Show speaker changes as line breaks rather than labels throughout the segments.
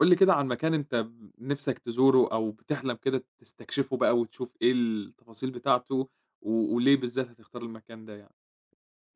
قُل لي كده عن مكان أنت نِفْسك تزوره أو بتحلم كده تستكشفه بقى وتشوف إيه التفاصيل بتاعته وليه بالذات هتختار المكان ده يعني؟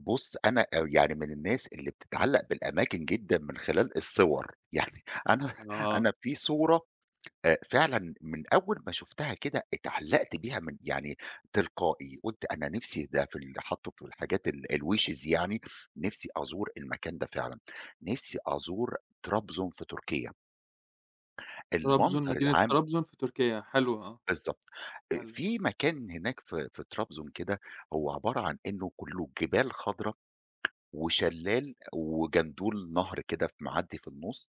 بُص، أنا يعني من الناس اللي بتتعلّق بالأماكن جدًا من خلال الصور، يعني أنا
آه،
أنا في صورة فعلًا من أول ما شُفتها كده اتعلّقت بيها من يعني تلقائي، قُلت أنا نِفْسي ده في حاطّه في الحاجات الwishes يعني، نِفْسي أزور المكان ده فعلًا، نِفْسي أزور طرابزون في تركيا،
طرابزون
المنظر
مدينة
العام
طرابزون في تركيا، حلو آه،
بالضبط،
حلو،
في مكان هناك في طرابزون كده هو عبارة عن إنه كُلّه جبال خضرا وشلال وجندول نهر كده ف معدّي في النُص،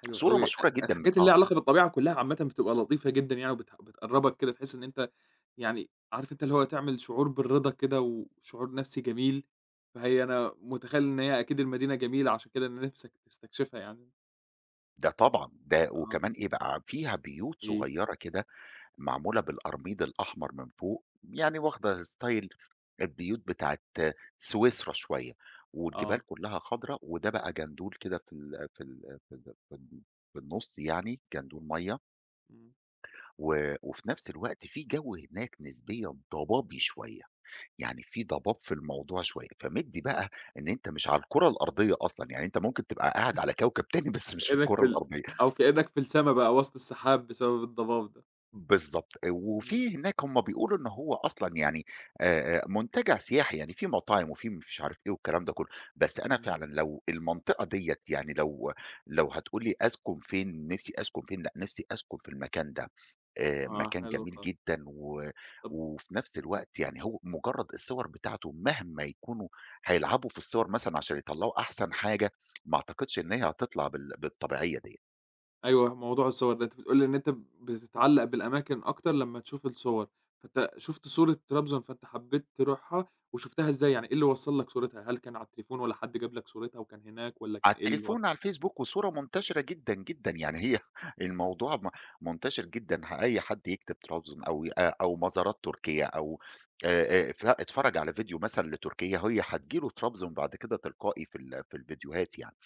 حلو
صورة
أوي.
مشهورة جدًا م
الحاجات اللي
آه،
ليها علاقة بالطبيعة كُلّها عامةً بتبقى لطيفة جدًا يعني بتقرّبك كده تحس إن أنت يعني عارف أنت اللي هو تعمل شعور بالرضا كده وشعور نَفْسي جميل، فهي أنا متخيّل إن هي أكيد المدينة جميلة عشان كده إن نِفْسك تستكشفها يعني.
ده طبعًا، ده
آه،
وكمان إيه بقى، فيها بيوت
إيه؟
صغيّرة كده معمولة بالقرميد الأحمر من فوق، يعني واخدة style البيوت بتاعة سويسرا شوية،
آه،
والجبال كلّها خضرا، وده بقى جندول كده في النُص يعني، جندول مَيّة،
إمم.
وفي نفس الوقت في جو هناك نسبيًا ضبابي شوية، يعني في ضباب في الموضوع شوية، فمدّي بقى إن أنت مش على الكرة الأرضية أصلًا، يعني أنت ممكن تبقى قاعد على كوكب تاني بس مش في
كأنك
الكرة
في ال
الأرضية،
أو كأنك في السما بقى وسط السحاب بسبب الضباب ده.
بالضبط،
إمم،
وفي هناك هم بيقولوا إن هو أصلًا يعني منتجع سياحي، يعني في مطاعم وفي مش عارف إيه والكلام ده كله، بس أنا
إمم،
فعلًا لو المنطقة ديّة يعني لو هتقول لي أسكن فين، نفسي أسكن فين، لأ نفسي أسكن في المكان ده.
آه
مكان
حلو
جميل
خالص.
جدًا و
طب
وفي نفس الوقت يعني هو مجرّد الصور بتاعته مهما يكونوا هيلعبوا في الصور مثلًا عشان يطلّعوا أحسن حاجة، ما أعتقدش إن هي هتطلع بالطبيعية ديّة.
أيوه موضوع الصور ده، أنت بتقول لي إن أنت بتتعلق بالأماكن أكتر لمّا تشوف الصور، فأنت شُفت صورة طرابزون فأنت حبيت تروحها، وشُفتها إزاي يعني إيه اللي وصّل لك صورتها؟ هل كان على التليفون والّا حد جاب لك صورتها وكان هناك والّا
على
كان إيه الوضع؟
التليفون على الفيسبوك وصورة منتشرة جدًا، جدًا، يعني هي الموضوع منتشر جدًا، أي حد يكتب طرابزون أو ي أ أو مزارات تركية أو ف اتفرّج على فيديو مثلًا لتركيا، هي هتيجي له طرابزون بعد كده تلقائي في الفيديوهات يعني.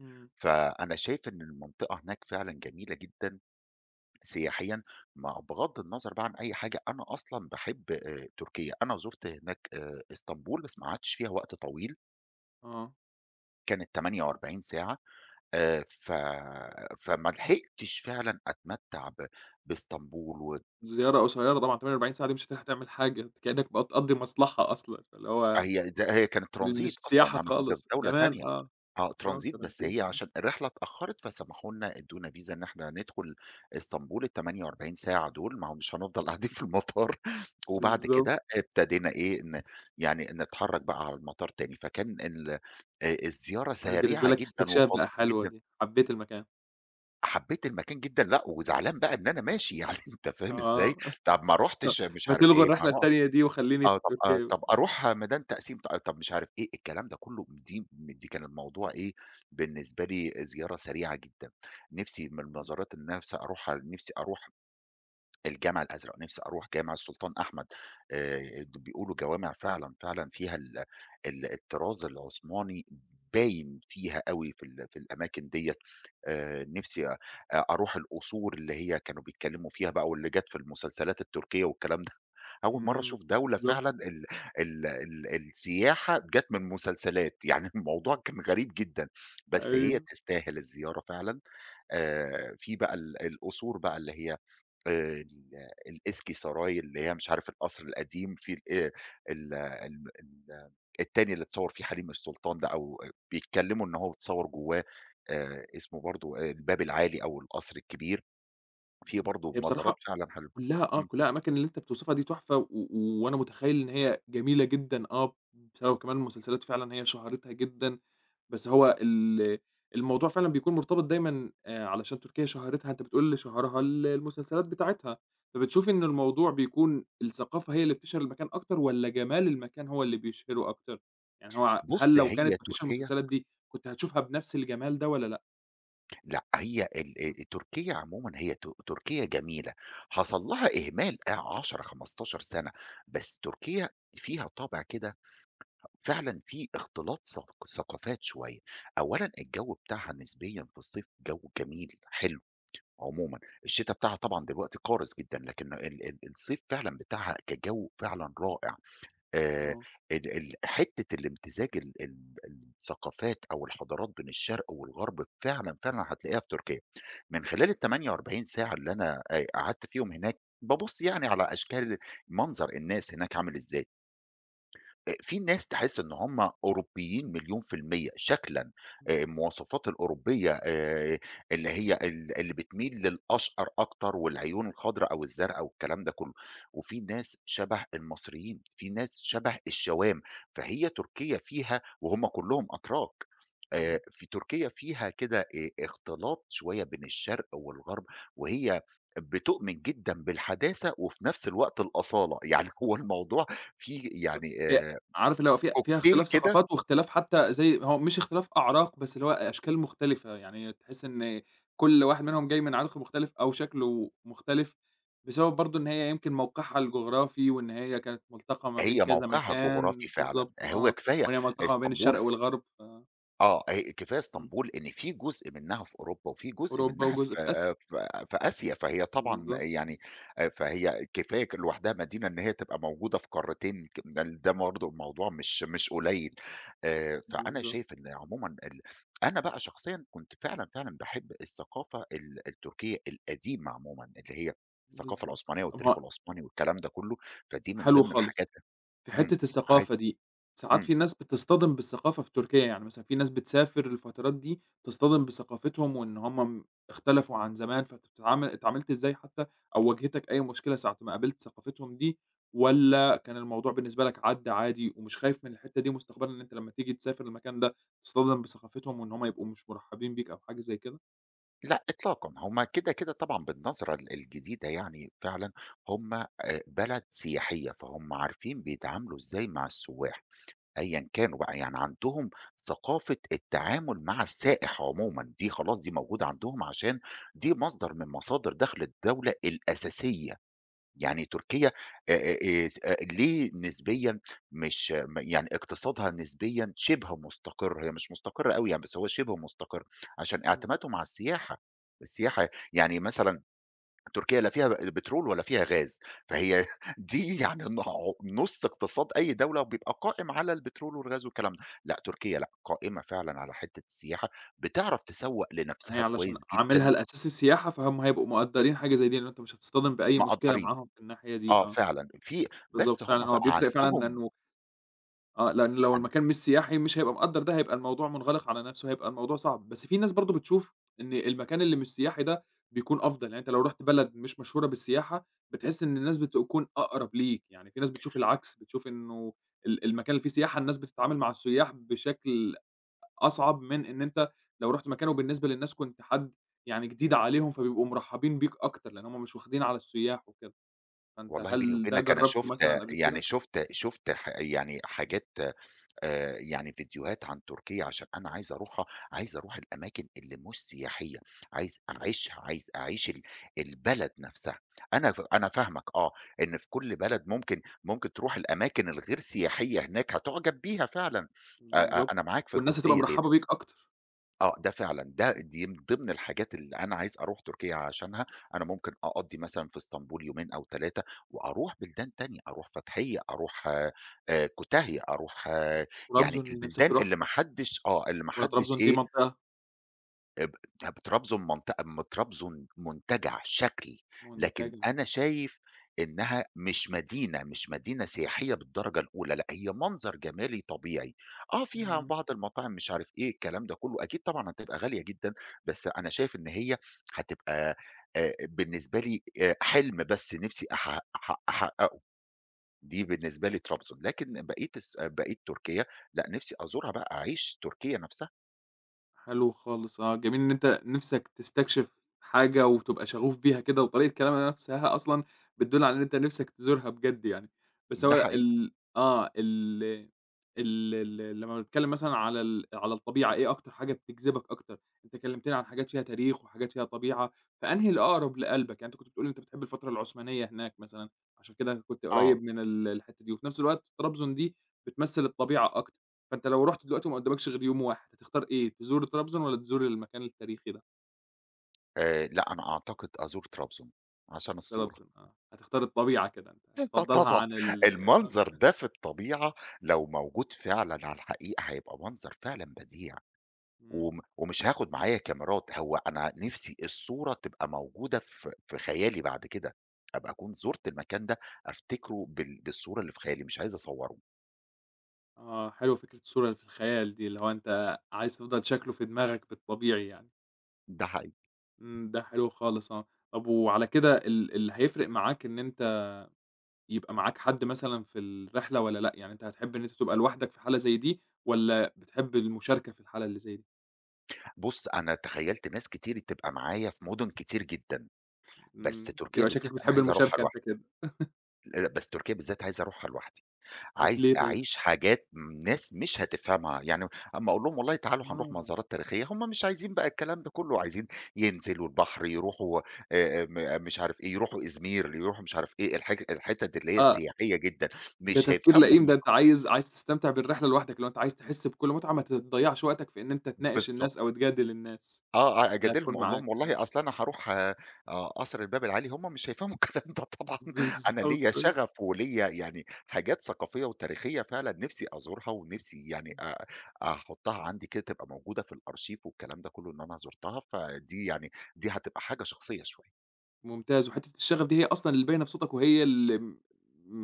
إمم،
فأنا شايف إن المنطقة هناك فعلًا جميلة جدًا سياحيًا، مع بغض النظر بقى عن أي حاجة، أنا أصلًا باحب تركيا، أنا زُرت هناك إسطنبول بس ما قعدتش فيها وقت طويل،
آه،
كانت 48 ساعة ف فما لحقتش فعلًا أتمتع بإسطنبول و
زيارة قصيرة طبعًا 48 ساعة دي مش هتلحق تعمل حاجة، أنت كأنك بقى بتقضّي مصلحة أصلًا، فاللي هو
هي د هي كانت
مش
ترانزيت
سياحة
أصلًا، أنا كنت في
خالص،
دولة
كمان
تانية.
آه،
آه
آه
ترانزيت، بس
ترانزيت،
هي عشان الرحلة اتأخّرت فسمحوا لنا ادّونا فيزا إن إحنا ندخل اسطنبول ال48 ساعة دُول، ما هو مش هنفضل قاعدين في المطار، وبعد
بالضبط.
كده ابتدينا إيه، يعني نتحرّك بقى على المطار تاني، فكان ال الزيارة
كانت بالنسبة
سريعة
لك
جدًا
استكشاف بقى،
وخاطفة
حلوة
جدًا،
دي، حبيت المكان.
حبّيت المكان جدًا، لأ وزعلان بقى إن أنا ماشي يعني أنت فاهم إزاي؟
آه،
طَب ما رُحتش مش
ما
عارف
تلغوا
إيه، ما
الرحلة
رُحت
التانية دي وخلّيني في
آه، طب آه،
تركيا.
طب أروح ميدان تقسيم ط آه، طب مش عارف إيه، الكلام ده كله دي كان الموضوع إيه، بالنسبة لي زيارة سريعة جدًا، نِفْسي من
إمم،
المزارات اللي نِفْسي أروح الجامع الأزرق، نِفْسي أروح جامع السلطان أحمد، بيقولوا جوامع فعلًا، فعلًا فيها ال ال الطراز العثماني باين فيها أوي في الأماكن ديّة، نِفْسي أروح القصور اللي هي كانوا بيتكلموا فيها بقى واللي جات في المسلسلات التركية والكلام ده. أول مرّة
إمم،
أشوف دولة
بالضبط،
فعلًا ال ال ال السياحة جات من مسلسلات، يعني الموضوع كان غريب جدًا، بس هي
أيوه.
تستاهل الزيارة فعلًا. في بقى القصور بقى اللي هي ال الإسكي سراي اللي هي مش عارف القصر القديم، في ال ال ال ال التاني اللي اتصوّر فيه حريم السلطان ده أو بيتكلّموا إن هو اتصوّر جوّاه اسمه برضه الباب العالي أو القصر الكبير، في
إمم،
برضه
هي
مزارات
بصراحة
فعلًا حلوة.
كلّها آه،
إمم.
كلّها الأماكن اللي أنت بتوصفها دي تحفة، و و- وأنا متخيّل إن هي جميلة جدًا، آه، بسبب كمان المسلسلات فعلًا هي شهرتها جدًا بس هو ال الموضوع فعلًا بيكون مرتبط دايمًا علشان تركيا شهرتها أنت بتقول اللي شهرها المسلسلات بتاعتها، فبتشوف إن الموضوع بيكون الثقافة هي اللي بتشهر المكان أكتر والّا جمال المكان هو اللي بيشهره أكتر؟ يعني هو
بُص
هل لو
هي
كانت ما فيش
تركيا
المسلسلات دي كنت هتشوفها بنفس الجمال ده والّا لأ؟
لأ، هي ال تركيا عمومًا هي تركيا جميلة، حصل لها إهمال 10، 15 سنة، بس تركيا فيها طابع كده فعلًا في اختلاط ثق ثقافات شوية، أولًا الجو بتاعها نسبيًا في الصيف جو جميل حلو عمومًا، الشتا بتاعها طبعًا دلوقتي قارس جدًا، لكن ال ال الصيف فعلًا بتاعها كجو فعلًا رائع. آآ
آه،
ال ال حتّة الامتزاج ال ال الثقافات أو الحضارات بين الشرق والغرب فعلًا، فعلًا هتلاقيها في تركيا. من خلال ال48 ساعة اللي أنا قعدت فيهم هناك، بابُص يعني على أشكال منظر الناس هناك عامل إزاي. في ناس تحس إن هم أوروبيين مليون في المِيّة شكلًا، المواصفات الأوروبية اللي هي اللي بتميل للأشقر أكتر والعيون الخضرا أو الزرقا والكلام ده كلّه، وفي ناس شبه المصريين، في ناس شبه الشوام، فهي تركيا فيها وهم كلّهم أتراك،
إمم.
في تركيا فيها كده اختلاط شوية بين الشرق والغرب، وهي بتؤمن جدًا بالحداثة وفي نفس الوقت الأصالة، يعني هو الموضوع فيه يعني
هي عارف اللي هو في فيها
كوكتيل
اختلاف
كده
ثقافات واختلاف حتى زي هو مش اختلاف أعراق، بس اللي هو أشكال مختلفة، يعني تحس إن كل واحد منهم جاي من عرق مختلف أو شكله مختلف، بسبب برضه إن هي يمكن موقعها الجغرافي، وإن هي كانت ملتقى ما بين
هي
كذا
موقعها الجغرافي
مكان
فعلًا،
بالضبط
هو
آه،
كفاية
وإن هي ملتقى ما بين الشرق
إسطنبول
والغرب، ف
آه، هي كفاية
إمم،
إسطنبول إن في جزء منها في أوروبا، وفي جزء
أوروبا
منها
وجزء في آسيا،
في آسيا، فهي طبعًا
بالضبط،
يعني فهي كفاية لوحدها مدينة إن هي تبقى موجودة في قارتين ك ال ده برضه الموضوع مش قليل، فأنا
بالضبط،
شايف إن عمومًا أنا بقى شخصيًا كنت فعلًا، فعلًا باحب الثقافة التركية القديمة عمومًا، اللي هي الثقافة
بالضبط.
العثمانية
طب ها
والتاريخ العثماني والكلام ده كله، فدي من
حلو
ضمن
خالص.
الحاجات
في
إمم،
حتّة
عادي،
الثقافة دي، ساعات
إمم.
في ناس بتصطدم بالثقافة في تركيا، يعني مثلًا في ناس بتسافر الفترات دي تصطدم بثقافتهم وإن هم اختلفوا عن زمان، فأنت بتتعامل اتعاملت إزاي حتى أو واجهتك أي مشكلة ساعة ما قابلت ثقافتهم دي، والّا كان الموضوع بالنسبة لك عدّى عادي ومش خايف من الحتّة دي مستقبلًا إن أنت لمّا تيجي تسافر المكان ده تتصطدم بثقافتهم وإن هم يبقوا مش مرحبين بيك أو حاجة زي كده؟
لأ إطلاقًا، هم كده، كده طبعًا بالنظرة الجديدة يعني فعلًا هم بلد سياحية، فهم عارفين بيتعاملوا إزاي مع السُّواح أيًا كانوا بقى، يعني عندهم ثقافة التعامل مع السائح عمومًا، دي خلاص دي موجودة عندهم عشان دي مصدر من مصادر دخل الدولة الأساسية. يعني تركيا آآ س ليه نسبيًا مش م يعني اقتصادها نسبيًا شِبه مستقر، هي مش مستقرة أوي يعني بس هو شِبه مستقر، عشان
إمم.
اعتمادهم على السياحة، السياحة يعني مثلًا تركيا لا فيها بترول ولا فيها غاز، فهي دي يعني نُص اقتصاد أي دولة بيبقى قائم على البترول والغاز والكلام ده، لأ تركيا لأ، قائمة فعلًا على حتة السياحة، بتعرف تسوّق
يعني هي
لنفسها
علشان
كويس
عاملها
جدًا،
لأساس السياحة فهُم هيبقوا مقدّرين حاجة زي دي، لإن أنت مش هتصطدم بأي مشكلة
مقدّرين،
معاهم في الناحية دي،
آه
آه.
فعلًا في
بالضبط
بس
فعلًا
هُم
آه،
بقى
بيفرق فعلًا
عندهم
لإنه آه، لإن لو
عن
المكان مش سياحي مش هيبقى مقدّر ده، هيبقى الموضوع منغلق على نَفْسه، هيبقى الموضوع صعب، بس في ناس برضه بتشوف إن المكان اللي مش سياحي ده بيكون أفضل، يعني أنت لو رُحت بلد مش مشهورة بالسياحة، بتحس إن الناس بتكون أقرب ليك، يعني في ناس بتشوف العكس، بتشوف إنه المكان اللي فيه سياحة الناس بتتعامل مع السُيّاح بشكل أصعب من إن أنت لو رُحت مكان وبالنسبة للناس كنت حد يعني جديد عليهم، فبيبقوا مرحّبين بيك أكتر، لإن هم مش واخدين على السُيّاح وكده، فأنت
والله بيني
هل ده
وبينك أنا
جرّبته
شُفت
مثلًا قبل
يعني
كده؟
شُفت شُفت ح يعني حاجات يعني فيديوهات عن تركيا عشان أنا عايز أروحها، عايز أروح الأماكن اللي مش سياحية، عايز أعيشها، عايز أعيش البلد نفسها. أنا فاهمك آه، إن في كل بلد ممكن تروح الأماكن الغير سياحية هناك هتُعجب بيها فعلًا، أ أ
بالضبط،
أنا معاك في
والناس هتبقى
الجزئية ديّة.
مرحّبة بيك أكتر.
آه، ده فعلًا،
إمم،
دي من ضمن الحاجات اللي أنا عايز أروح تركيا عشانها، أنا ممكن أقضّي مثلًا في اسطنبول يومين أو 3 وأروح بلدان تانية، أروح فتحية، أروح كوتاهية، أروح آه،
إمم.
يعني
طرابزون اللي نِفْسك
البلدان
تروحها
اللي ما حدّش آه، اللي ما
والّا
حدّش
طرابزون دي
إيه،
منطقة
ب ط طرابزون منطقة طرابزون منتجع شكل، لكن
منتجعة؟
أنا شايف إنها مش مدينة، مش مدينة سياحية بالدرجة الأولى، لأ هي منظر جمالي طبيعي، آه فيها
إمم.
بعض المطاعم مش عارف إيه الكلام ده كله، أكيد طبعًا هتبقى غالية جدًا، بس أنا شايف إن هي هتبقى بالنسبة لي حلم بس نفسي أحققه، دي بالنسبة لي طرابزون، لكن بقية بقية تركيا لأ نفسي أزورها بقى، أعيش تركيا نفسها،
حلو خالص آه، جميل إن أنت نِفْسك تستكشف حاجة وتبقى شغوف بيها كده، وطريقة كلامها نَفْسها أصلًا بتدُل على إن أنت نِفْسك تزورها بجد يعني، بس
ده
هو
حقيقي،
ال آه، ال ال ال لمّا بنتكلم مثلًا على على الطبيعة، إيه أكتر حاجة بتجذبك أكتر؟ أنت كلّمتني عن حاجات فيها تاريخ وحاجات فيها طبيعة، فأنهي الأقرب لقلبك؟ يعني أنت كنت بتقول أنت بتحب الفترة العثمانية هناك مثلًا، عشان كده كنت
آه.
قريّب من الحتّة دي، وفي نَفْس الوقت طرابزون دي بتمثّل الطبيعة أكتر. فأنت لو رُحت دلوقتي وما قدّامكش غير يوم واحد، هتختار إيه، تزور طرابزون والّا تزور المكان التاريخي ده؟
لأ، أنا أعتقد أزور طرابزون عشان الصورة.
طرابزون آه، هتختار الطبيعة كده أنت،
آه
هتفضّلها
طبعًا،
عن آه،
المنظر ده في الطبيعة لو موجود فعلًا على الحقيقة هيبقى منظر فعلًا بديع،
إمم،
ومش هاخد معايا كاميرات، هو أنا نِفْسي الصورة تبقى موجودة في خيالي بعد كده، أبقى أكون زُرت المكان ده أفتكره بالصورة اللي في خيالي، مش عايز أصوّره.
آه، حلوة فكرة الصورة اللي في الخيال دي، اللي هو أنت عايز تفضل شكله في دماغك بالطبيعي يعني،
ده حقيقي.
إمم، ده حلو خالص آه، طب وعلى كده اللي هيفرق معاك إن أنت يبقى معاك حد مثلًا في الرحلة والّا لأ، يعني أنت هتحب إن أنت تبقى لوحدك في حالة زي دي والّا بتحب المشاركة في الحالة اللي زي دي؟
بُص، أنا تخيّلت ناس كتير تبقى معايا في مدن كتير جدًا، بس
إمم،
تركيا
يبقى شكلك
بالذات أنا
بتحب
عايز أروحها
المشاركة أنت
لوحدي،
كده،
لأ، بس تركيا بالذات عايز أروحها لوحدي.
طب
عايز
ليه طيب؟
أعيش حاجات ناس مش هتفهمها، يعني أمّا أقول لهم والله تعالوا هنروح
آه.
مزارات تاريخية، هم مش عايزين بقى الكلام ده كله، عايزين ينزلوا البحر، يروحوا م مش عارف إيه، يروحوا إزمير، يروحوا مش عارف إيه، الحتت اللي هي
آه،
السياحية جدًا،
ده
مش
تفكير
هيفهموا
لئيم، ده أنت
المفهوم
عايز تستمتع بالرحلة لوحدك، لو أنت عايز تحس بكل متعة ما تضيّعش وقتك في إن أنت تناقش الناس
بالضبط.
أو تجادل الناس
آه،
اللي
أجادلهم
هتكون
أقول
معاك،
لهم
آه،
والله أصل أنا هاروح قصر الباب العالي، هم مش هيفهموا الكلام ده طبعًا،
بالضبط
أنا ليّا
أيوه،
شغف وليّا يعني حاجات ثقافية وتاريخية فعلًا نِفْسي أزورها ونِفْسي يعني أحُطّها عندي كده تبقى موجودة في الأرشيف والكلام ده كلّه إن أنا زُرتها، فدي يعني دي هتبقى حاجة شخصية شوية،
ممتاز، وحتّة الشغف دي هي أصلًا اللي باينة في صوتك وهي اللي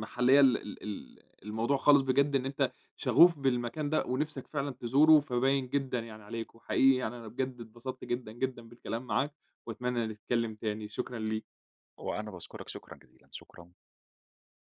محليّة ال ال ال الموضوع خالص بجد، إن أنت شغوف بالمكان ده ونِفْسك فعلًا تزوره، فباين جدًا يعني عليك، وحقيقي يعني أنا بجد اتبسطت جدًا، جدًا بالكلام معاك، وأتمنى نتكلّم تاني، شكرًا ليك.
وأنا باشكرك شكرًا جزيلًا، شكرًا.